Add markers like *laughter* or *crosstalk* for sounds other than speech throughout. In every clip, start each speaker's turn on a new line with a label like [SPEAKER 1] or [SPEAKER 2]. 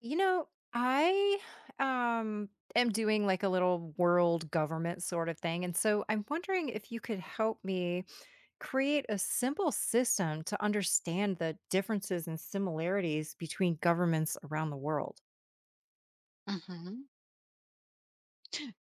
[SPEAKER 1] You know, I um am doing like a little world government sort of thing. And so I'm wondering if you could help me create a simple system to understand the differences and similarities between governments around the world.
[SPEAKER 2] Mhm.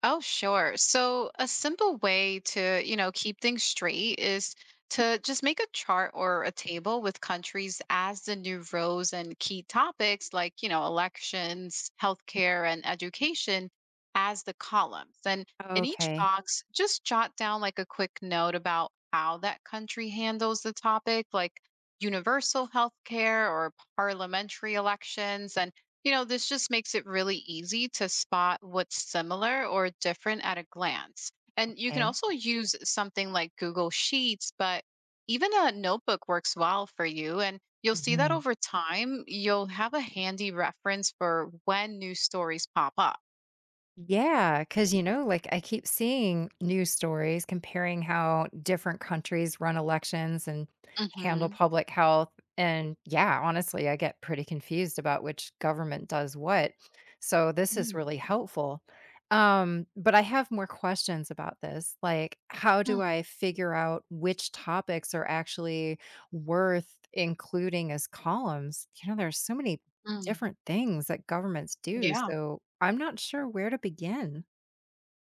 [SPEAKER 2] Oh, sure. So a simple way to, you know, keep things straight is to just make a chart or a table with countries as the new rows and key topics like, you know, elections, healthcare, and education as the columns. And in each
[SPEAKER 1] Okay.
[SPEAKER 2] box, just jot down like a quick note about how that country handles the topic, like universal healthcare or parliamentary elections. And you know, this just makes it really easy to spot what's similar or different at a glance. And you can
[SPEAKER 1] Okay.
[SPEAKER 2] also use something like Google Sheets, but even a notebook works well for you. And you'll see that
[SPEAKER 1] Mhm.
[SPEAKER 2] over time, you'll have a handy reference for when new stories pop up.
[SPEAKER 1] Yeah, because like I keep seeing news stories comparing how different countries run elections and handle
[SPEAKER 2] Mm-hmm.
[SPEAKER 1] public health. And yeah, honestly, I get pretty confused about which government does what. So this is really helpful. But I have more questions about this. Like, how do
[SPEAKER 2] Mm-hmm.
[SPEAKER 1] I figure out which topics are actually worth including as columns? You know, there's so many different things that governments do,
[SPEAKER 2] Yeah.
[SPEAKER 1] so I'm not sure where to begin.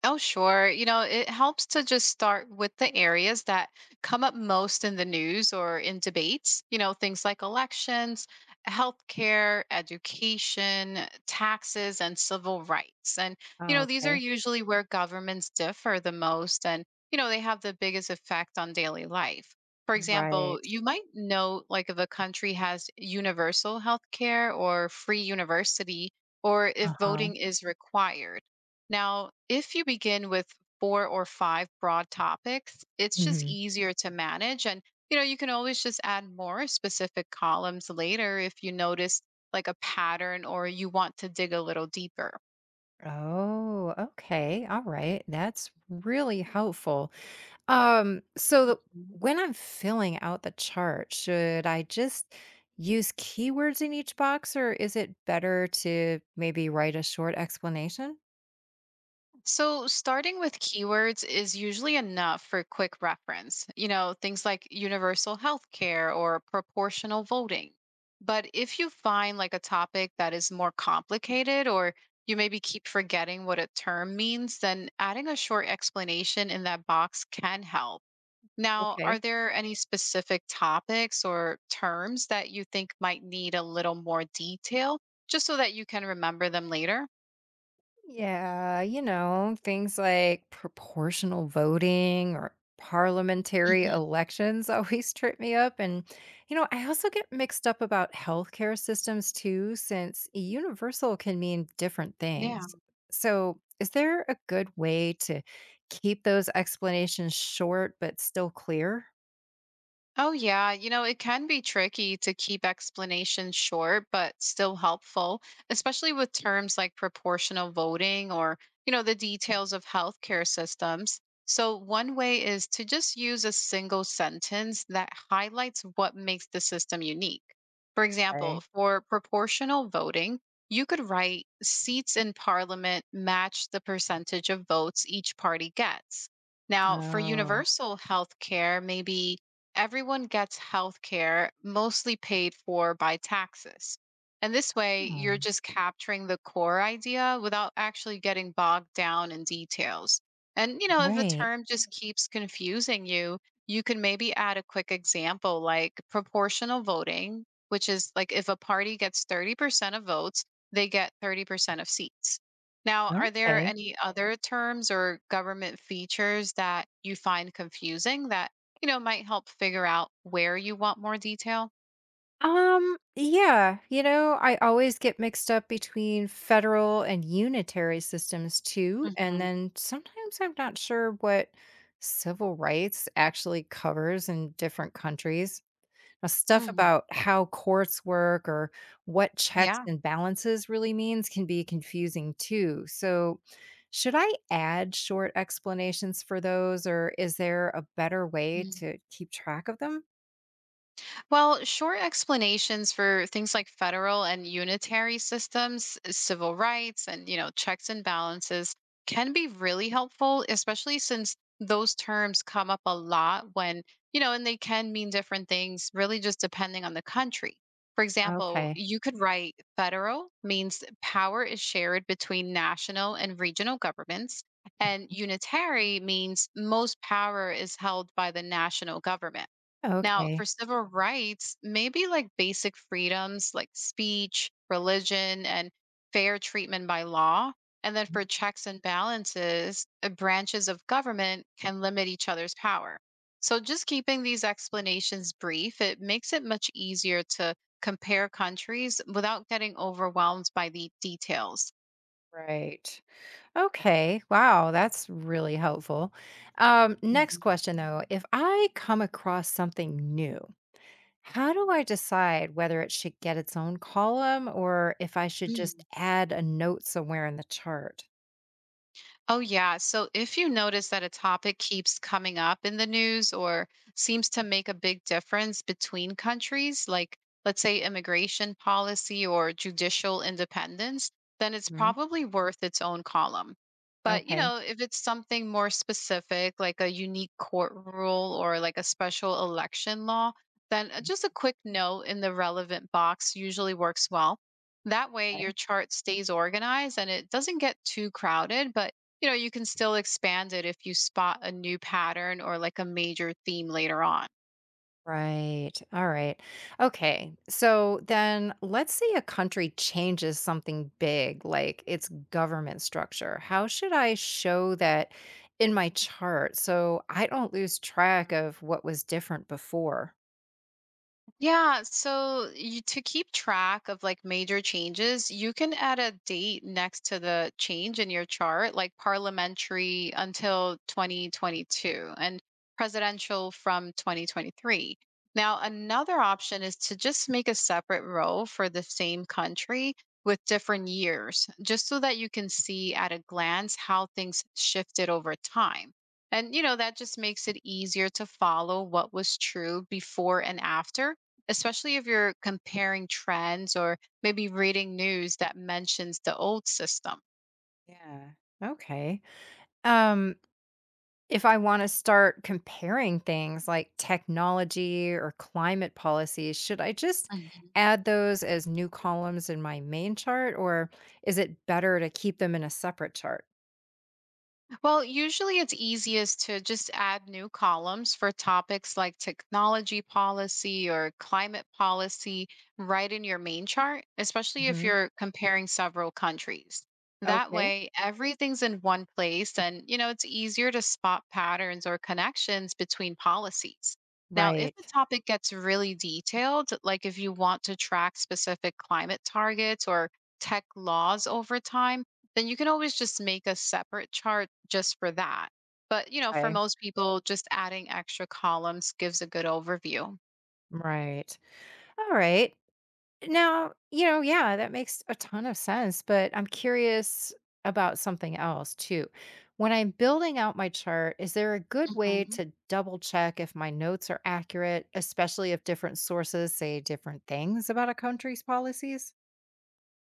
[SPEAKER 2] Oh, sure. You know, it helps to just start with the areas that come up most in the news or in debates, you know, things like elections, healthcare, education, taxes, and civil rights. And, you
[SPEAKER 1] Oh,
[SPEAKER 2] know, these are
[SPEAKER 1] okay.
[SPEAKER 2] usually where governments differ the most and, you know, they have the biggest effect on daily life. For example,
[SPEAKER 1] Right.
[SPEAKER 2] you might know like if a country has universal healthcare or free university or if
[SPEAKER 1] Uh-huh.
[SPEAKER 2] voting is required. Now, if you begin with four or five broad topics, it's just
[SPEAKER 1] Mhm.
[SPEAKER 2] easier to manage. And, you know, you can always just add more specific columns later if you notice like a pattern or you want to dig a little deeper.
[SPEAKER 1] Oh, okay, alright, that's really helpful. So the when I'm filling out the chart, should I just use keywords in each box, or is it better to maybe write a short explanation?
[SPEAKER 2] So, starting with keywords is usually enough for quick reference, you know, things like universal healthcare or proportional voting. But if you find like a topic that is more complicated or you maybe keep forgetting what a term means, then adding a short explanation in that box can help. Now, are
[SPEAKER 1] Okay.
[SPEAKER 2] there any specific topics or terms that you think might need a little more detail just so that you can remember them later?
[SPEAKER 1] Yeah, you know, things like proportional voting or parliamentary
[SPEAKER 2] Mhm.
[SPEAKER 1] elections *laughs* always trip me up. And, you know, I also get mixed up about healthcare systems too, since universal can mean different
[SPEAKER 2] Yeah.
[SPEAKER 1] things. So, is there a good way to keep those explanations short but still clear?
[SPEAKER 2] Oh, yeah. You know, it can be tricky to keep explanations short, but still helpful, especially with terms like proportional voting or, you know, the details of healthcare systems. So, one way is to just use a single sentence that highlights what makes the system unique. For example,
[SPEAKER 1] Okay.
[SPEAKER 2] for proportional voting, you could write seats in parliament match the percentage of votes each party gets. Now, for
[SPEAKER 1] Oh,
[SPEAKER 2] universal healthcare, maybe everyone gets health care mostly paid for by taxes. And this way, you're
[SPEAKER 1] oh,
[SPEAKER 2] just capturing the core idea without actually getting bogged down in details. And, you know, if a
[SPEAKER 1] great.
[SPEAKER 2] term just keeps confusing you, you can maybe add a quick example like proportional voting, which is like if a party gets 30% of votes, they get 30% of seats. Now, are there
[SPEAKER 1] Okay.
[SPEAKER 2] any other terms or government features that you find confusing that you know, might help figure out where you want more detail.
[SPEAKER 1] Yeah, you know, I always get mixed up between federal and unitary systems too, and
[SPEAKER 2] hmm
[SPEAKER 1] then sometimes I'm not sure what civil rights actually covers in different countries. Now, stuff
[SPEAKER 2] hmm
[SPEAKER 1] about how courts work or what checks
[SPEAKER 2] Yeah.
[SPEAKER 1] and balances really means can be confusing too. So, should I add short explanations for those, or is there a better way to keep track of them?
[SPEAKER 2] Well, short explanations for things like federal and unitary systems, civil rights, and you know, checks and balances can be really helpful, especially since those terms come up a lot when, you know, and they can mean different things, really just depending on the country. For example,
[SPEAKER 1] Okay.
[SPEAKER 2] you could write federal means power is shared between national and regional governments, and unitary means most power is held by the national government. Now, for
[SPEAKER 1] Okay.
[SPEAKER 2] civil rights, maybe like basic freedoms like speech, religion, and fair treatment by law. And then for checks and balances, branches of government can limit each other's power. So just keeping these explanations brief, it makes it much easier to compare countries without getting overwhelmed by the details.
[SPEAKER 1] Right. Okay. Wow, that's really helpful. Next question though, if I come across something new, how do I decide whether it should get its own column or if I should
[SPEAKER 2] Mhm.
[SPEAKER 1] just add a note somewhere in the chart?
[SPEAKER 2] Oh, yeah. So if you notice that a topic keeps coming up in the news or seems to make a big difference between countries, like let's say immigration policy or judicial independence, then it's
[SPEAKER 1] Mhm.
[SPEAKER 2] probably worth its own column. But, you
[SPEAKER 1] Okay.
[SPEAKER 2] know, if it's something more specific, like a unique court rule or like a special election law, then just a quick note in the relevant box usually works well. That way, your
[SPEAKER 1] Okay.
[SPEAKER 2] chart stays organized and it doesn't get too crowded, but you know you can still expand it if you spot a new pattern or like a major theme later on.
[SPEAKER 1] Right. All right. Okay. So then let's say a country changes something big, like its government structure. How should I show that in my chart so I don't lose track of what was different before?
[SPEAKER 2] Yeah, so to keep track of like major changes, you can add a date next to the change in your chart, like parliamentary until 2022 and presidential from 2023. Now, another option is to just make a separate row for the same country with different years, just so that you can see at a glance how things shifted over time. And, you know, that just makes it easier to follow what was true before and after, especially if you're comparing trends or maybe reading news that mentions the old system.
[SPEAKER 1] Yeah. Okay. Um, If I wanna start comparing things like technology or climate policies, should I just add those as new columns in my main chart, or is it better to keep them in a separate chart?
[SPEAKER 2] Well, usually it's easiest to just add new columns for topics like technology policy or climate policy right in your main chart, especially if
[SPEAKER 1] Mhm.
[SPEAKER 2] you're comparing several countries. That
[SPEAKER 1] Okay.
[SPEAKER 2] way, everything's in one place and, you know, it's easier to spot patterns or connections between policies. Now, if the
[SPEAKER 1] Right.
[SPEAKER 2] topic gets really detailed, like if you want to track specific climate targets or tech laws over time, then you can always just make a separate chart just for that. But, you know, for
[SPEAKER 1] 'Kay.
[SPEAKER 2] most people, just adding extra columns gives a good overview.
[SPEAKER 1] Right. Alright. Now, you know, yeah, that makes a ton of sense, but I'm curious about something else too. When I'm building out my chart, is there a good way
[SPEAKER 2] Mhm.
[SPEAKER 1] to double check if my notes are accurate, especially if different sources say different things about a country's policies?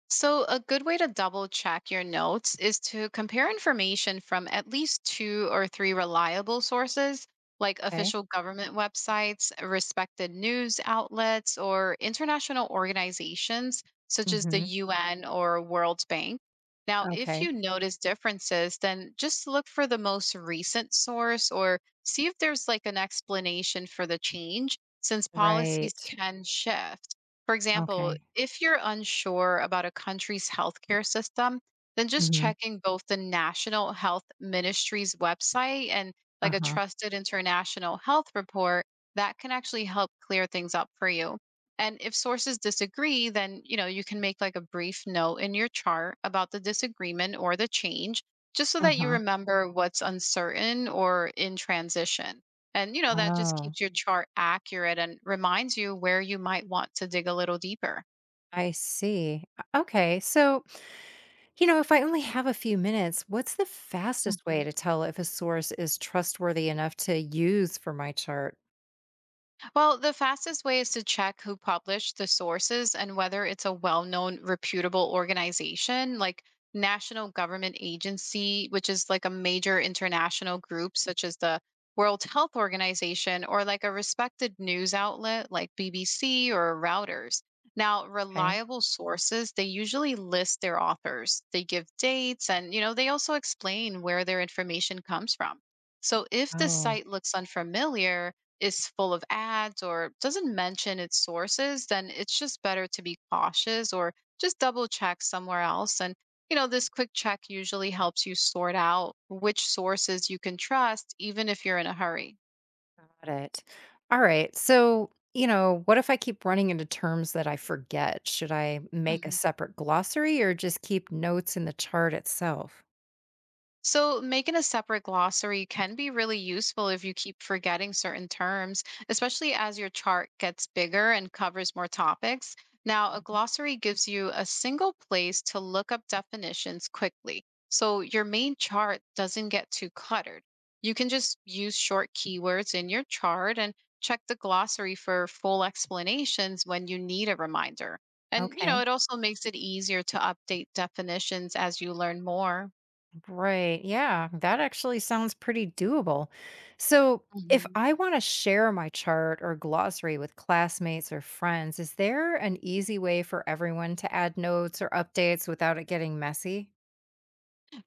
[SPEAKER 2] So, a good way to double check your notes is to compare information from at least two or three reliable sources, like
[SPEAKER 1] Okay.
[SPEAKER 2] official government websites, respected news outlets, or international organizations such as the
[SPEAKER 1] Hmm.
[SPEAKER 2] UN or World Bank. Now, if
[SPEAKER 1] Okay.
[SPEAKER 2] you notice differences, then just look for the most recent source or see if there's like an explanation for the change, since policies
[SPEAKER 1] Right.
[SPEAKER 2] can shift. For example,
[SPEAKER 1] Okay.
[SPEAKER 2] if you're unsure about a country's healthcare system, then just
[SPEAKER 1] Hmm.
[SPEAKER 2] checking both the National Health Ministry's website and like a
[SPEAKER 1] Uh-huh.
[SPEAKER 2] trusted international health report, that can actually help clear things up for you. And if sources disagree, then you know, you can make like a brief note in your chart about the disagreement or the change just so that you
[SPEAKER 1] Uh-huh.
[SPEAKER 2] remember what's uncertain or in transition. And, you know, that just
[SPEAKER 1] Oh,
[SPEAKER 2] keeps your chart accurate and reminds you where you might want to dig a little deeper.
[SPEAKER 1] I see. Okay. So you know, if I only have a few minutes, what's the fastest way to tell if a source is trustworthy enough to use for my chart?
[SPEAKER 2] Well, the fastest way is to check who published the sources and whether it's a well known, reputable organization like National Government Agency, which is like a major international group such as the World Health Organization, or like a respected news outlet like BBC or Reuters. Now,
[SPEAKER 1] Okay.
[SPEAKER 2] reliable sources, they usually list their authors. They give dates and, you know, they also explain where their information comes from. So if the
[SPEAKER 1] Oh,
[SPEAKER 2] site looks unfamiliar, is full of ads or doesn't mention its sources, then it's just better to be cautious or just double check somewhere else. And, you know, this quick check usually helps you sort out which sources you can trust, even if you're in a hurry.
[SPEAKER 1] got it. All right. So, you know, what if I keep running into terms that I forget? Should I make a separate glossary or just keep notes in the chart itself?
[SPEAKER 2] So, making a separate glossary can be really useful if you keep forgetting certain terms, especially as your chart gets bigger and covers more topics. Now, a glossary gives you a single place to look up definitions quickly, so your main chart doesn't get too cluttered. You can just use short keywords in your chart and check the glossary for full explanations when you need a reminder. And, you
[SPEAKER 1] Okay.
[SPEAKER 2] know, it also makes it easier to update definitions as you learn more.
[SPEAKER 1] Right. Yeah. That actually sounds pretty doable. So, if
[SPEAKER 2] Mhm.
[SPEAKER 1] I want to share my chart or glossary with classmates or friends, is there an easy way for everyone to add notes or updates without it getting messy?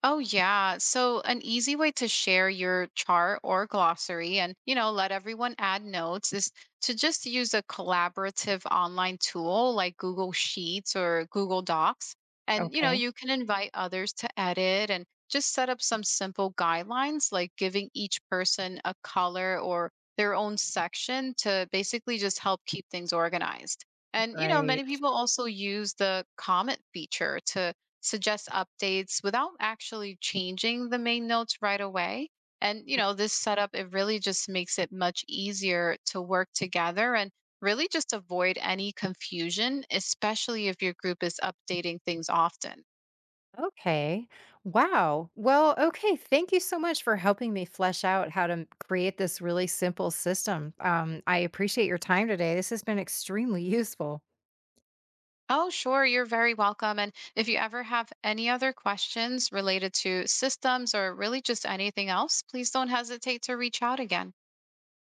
[SPEAKER 2] Oh, yeah. So, an easy way to share your chart or glossary and, you know, let everyone add notes is to just use a collaborative online tool like Google Sheets or Google Docs. And, you know,
[SPEAKER 1] Okay.
[SPEAKER 2] you can invite others to edit and just set up some simple guidelines like giving each person a color or their own section to basically just help keep things organized. And, you know, many
[SPEAKER 1] Right.
[SPEAKER 2] people also use the comment feature to suggest updates without actually changing the main notes right away. And you
[SPEAKER 1] Mhm.
[SPEAKER 2] know, this setup it really just makes it much easier to work together and really just avoid any confusion, especially if your group is updating things often.
[SPEAKER 1] Okay. Wow. Well, okay. Thank you so much for helping me flesh out how to create this really simple system. I appreciate your time today. This has been extremely *laughs* useful.
[SPEAKER 2] Oh, sure, you're very welcome. And if you ever have any other questions related to systems or really just anything else, please don't hesitate to reach out again.